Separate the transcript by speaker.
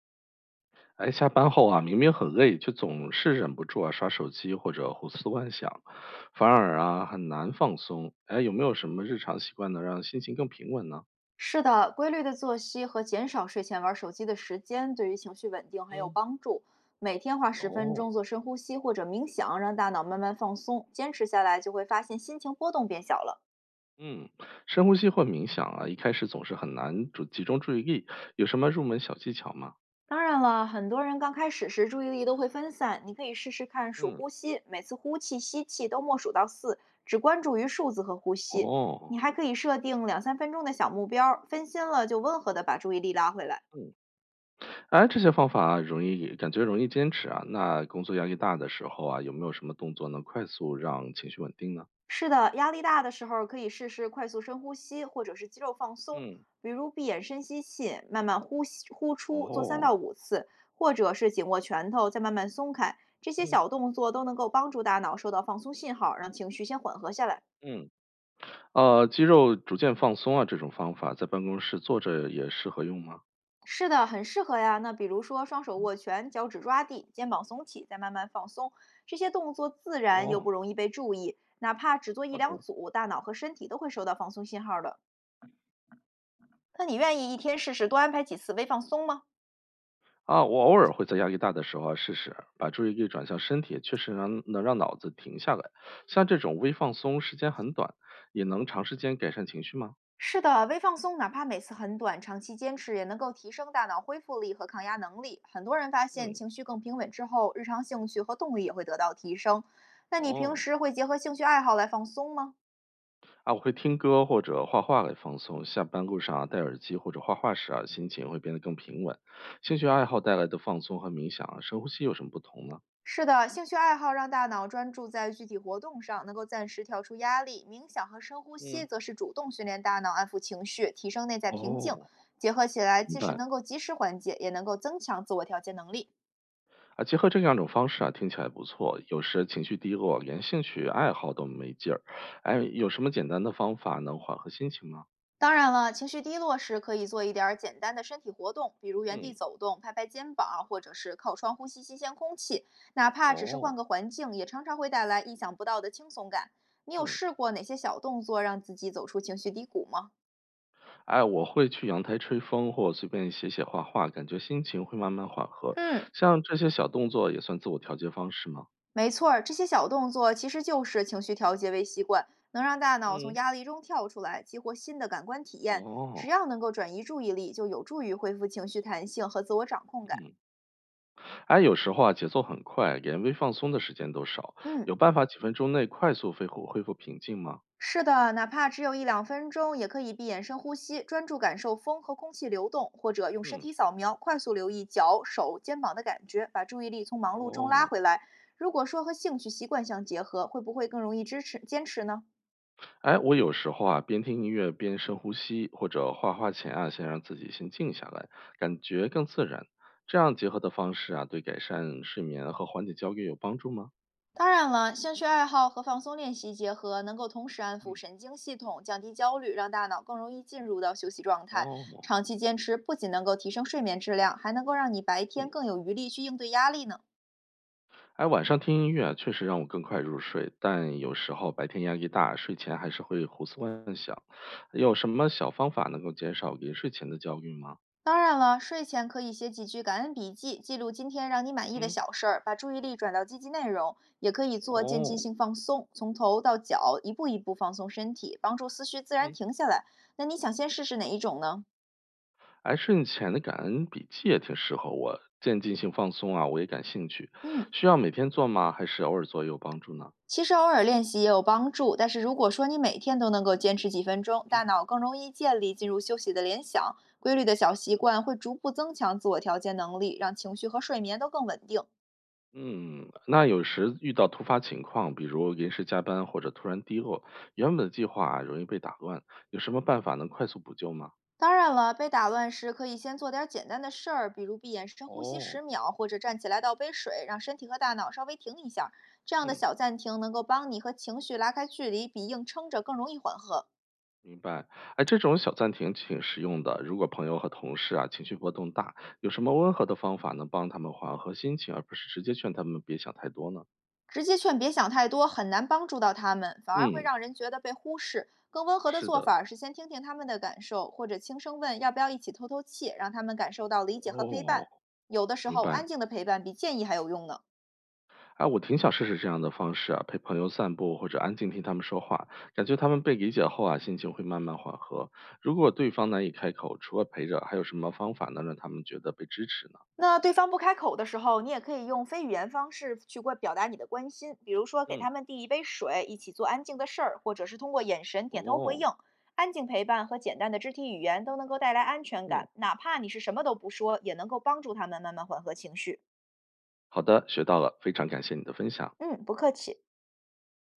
Speaker 1: 哎，下班后啊，明明很累，却总是忍不住啊刷手机或者胡思乱想，反而啊很难放松。哎，有没有什么日常习惯能让心情更平稳呢？
Speaker 2: 是的，规律的作息和减少睡前玩手机的时间，对于情绪稳定很有
Speaker 1: 嗯，
Speaker 2: 帮助。每天花十分
Speaker 1: 哦，
Speaker 2: 钟做深呼吸或者冥想，让大脑慢慢放松，坚持下来就会发现心情波动变小了。
Speaker 1: 嗯，深呼吸或冥想啊，一开始总是很难主集中注意力，有什么入门小技巧吗？
Speaker 2: 当然了，很多人刚开始时注意力都会分散，你可以试试看数
Speaker 1: 嗯
Speaker 2: 呼吸，每次呼气、吸气都默数到4，只关注于数字和呼吸。
Speaker 1: 哦，
Speaker 2: 你还可以设定2、3分钟的小目标分心了就温和的把注意力拉回来。
Speaker 1: 嗯，哎，这些方法啊容易感觉容易坚持啊。那工作压力大的时候啊，有没有什么动作能快速让情绪稳定呢？
Speaker 2: 是的，压力大的时候可以试试快速深呼吸，或者是肌肉放松，
Speaker 1: 嗯
Speaker 2: 比如闭眼深吸气，慢慢呼吸呼出，做三
Speaker 1: 哦，
Speaker 2: 到五次，或者是紧握拳头，再慢慢松开。这些
Speaker 1: 嗯，
Speaker 2: 小动作都能够帮助大脑收到放松信号，让情绪先缓和下来。
Speaker 1: 嗯。肌肉逐渐放松啊，这种方法在办公室坐着也适合用吗？
Speaker 2: 是的，很适合呀。那比如说双手握拳，脚趾抓地，肩膀耸起，再慢慢放松，这些动作自然又不
Speaker 1: 哦，
Speaker 2: 容易被注意。哪怕只做一
Speaker 1: 好
Speaker 2: 两
Speaker 1: 的。
Speaker 2: 组，大脑和身体都会收到放松信号的。那你愿意一天试试多安排几次微放松吗？
Speaker 1: 啊，我偶尔会在压力大的时候啊试试，把注意力转向身体，确实能让脑子停下来。像这种微放松，时间很短，也能长时间改善情绪吗？
Speaker 2: 是的，微放松哪怕每次很短，长期坚持也能够提升大脑恢复力和抗压能力。很多人发现
Speaker 1: 嗯，
Speaker 2: 情绪更平稳之后，日常兴趣和动力也会得到提升。那你平
Speaker 1: 哦，
Speaker 2: 时会结合兴趣爱好来放松吗？
Speaker 1: 啊，我会听歌或者画画来放松。下班路上啊，戴耳机或者画画时啊，心情会变得更平稳。兴趣爱好带来的放松和冥想啊，深呼吸有什么不同呢？
Speaker 2: 是的，兴趣爱好让大脑专注在具体活动上，能够暂时跳出压力。冥想和深呼吸
Speaker 1: 嗯，
Speaker 2: 则是主动训练大脑安抚情绪，提升内在平静。
Speaker 1: 哦，
Speaker 2: 结合起来，
Speaker 1: 明
Speaker 2: 即使
Speaker 1: 白。
Speaker 2: 能够及时缓解，也能够增强自我调节能力。
Speaker 1: 啊，结合这两种方式啊，听起来不错。有时情绪低落，连兴趣爱好都没劲儿。哎，有什么简单的方法能缓和心情吗？
Speaker 2: 当然了，情绪低落时可以做一点儿简单的身体活动，比如原地
Speaker 1: 嗯，
Speaker 2: 走动、拍拍肩膀，或者是靠窗呼吸新鲜空气。哪怕只是
Speaker 1: 哦，
Speaker 2: 换个环境，也常常会带来意想不到的轻松感。你有
Speaker 1: 嗯，
Speaker 2: 试过哪些小动作让自己走出情绪低谷吗？
Speaker 1: 哎，我会去阳台吹风，或随便写写画画，感觉心情会慢慢缓和。
Speaker 2: 嗯，
Speaker 1: 像这些小动作也算自我调节方式吗？
Speaker 2: 没错儿，这些小动作其实就是情绪调节微习惯，能让大脑从
Speaker 1: 嗯，
Speaker 2: 压力中跳出来，激活新的感官体验。只
Speaker 1: 哦，
Speaker 2: 要能够转移注意力，就有助于恢复情绪弹性和自我掌控感。
Speaker 1: 嗯，哎，有时候啊，节奏很快，连微放松的时间都少。
Speaker 2: 嗯。
Speaker 1: 有办法几分钟内快速恢复平静吗？
Speaker 2: 是的，哪怕只有1、2分钟，也可以闭眼深呼吸，专注感受风和空气流动，或者用身
Speaker 1: 嗯，
Speaker 2: 体扫描，快速留意脚、手、肩膀的感觉，把注意力从忙碌中拉
Speaker 1: 哦。
Speaker 2: 回来。如果说和兴趣习惯相结合，会不会更容易支持坚持呢？
Speaker 1: 哎，我有时候啊，边听音乐边深呼吸，或者画画前啊，先让自己先静下来，感觉更自然。这样结合的方式啊，对改善睡眠和缓解焦虑有帮助吗？
Speaker 2: 当然了，兴趣爱好和放松练习结合，能够同时安抚
Speaker 1: 嗯，
Speaker 2: 神经系统，降低焦虑，让大脑更容易进入到休息状态。
Speaker 1: 哦，
Speaker 2: 长期坚持不仅能够提升睡眠质量，还能够让你白
Speaker 1: 嗯，
Speaker 2: 天更有余力去应对压力呢。
Speaker 1: 哎，晚上听音乐啊确实让我更快入睡，但有时候白天压力大，睡前还是会胡思乱想。有什么小方法能够减少临睡前的焦虑吗？
Speaker 2: 当然了，睡前可以写几句感恩笔记，记录今天让你满意的
Speaker 1: 嗯，
Speaker 2: 小事儿，把注意力转到积极内容。也可以做渐进
Speaker 1: 哦，
Speaker 2: 性放松，从头到脚一步一步放松身体，帮助思绪自然
Speaker 1: 嗯。
Speaker 2: 停下来。那你想先试试哪一种呢？
Speaker 1: 哎，睡前的感恩笔记也挺适合我，渐进性放松啊，我也感兴趣。
Speaker 2: 嗯，
Speaker 1: 需要每天做吗？还是偶尔做也有帮助呢？
Speaker 2: 其实偶尔练习也有帮助，但是如果说你每天都能够坚持几分钟，
Speaker 1: 嗯
Speaker 2: 大脑更容易建立进入休息的联想。规律的小习惯会逐步增强自我调节能力，让情绪和睡眠都更稳定。
Speaker 1: 嗯，那有时遇到突发情况，比如临时加班或者突然低落，原本的计划啊容易被打乱，有什么办法能快速补救吗？
Speaker 2: 当然了，被打乱时可以先做点儿简单的事儿，比如闭眼深呼吸十
Speaker 1: 哦，
Speaker 2: 秒，或者站起来倒杯水，让身体和大脑稍微停一下。这样的
Speaker 1: 嗯，
Speaker 2: 小暂停能够帮你和情绪拉开距离，比硬撑着更容易缓和。
Speaker 1: 明白。哎，这种小暂停挺实用的。如果朋友和同事啊情绪波动大，有什么温和的方法能帮他们缓和心情，而不是直接劝他们别想太多呢？
Speaker 2: 直接劝别想太多，很难帮助到他们，反而会
Speaker 1: 嗯，
Speaker 2: 让人觉得被忽视。更温和的
Speaker 1: 是
Speaker 2: 做
Speaker 1: 的。
Speaker 2: 法是先听听他们的感受，或者轻声问要不要一起透透气，让他们感受到理解和陪伴。
Speaker 1: 哦，
Speaker 2: 有的时
Speaker 1: 明
Speaker 2: 候，
Speaker 1: 白，
Speaker 2: 安静的陪伴比建议还有用呢。
Speaker 1: 哎，我挺想试试这样的方式啊，陪朋友散步或者安静听他们说话，感觉他们被理解后啊，心情会慢慢缓和。如果对方难以开口，除了陪着，还有什么方法能让他们觉得被支持呢？
Speaker 2: 那对方不开口的时候，你也可以用非语言方式去关表达你的关心，比如说给
Speaker 1: 嗯，
Speaker 2: 他们递一杯水，一起做安静的事儿，或者是通过眼神点头回
Speaker 1: 哦，
Speaker 2: 应。安静陪伴和简单的肢体语言都能够带来安全
Speaker 1: 嗯，
Speaker 2: 感，哪怕你是什么都不说，也能够帮助他们慢慢缓和情绪。
Speaker 1: 好的，学到了，非常感谢你的分享。
Speaker 2: 嗯，不客气。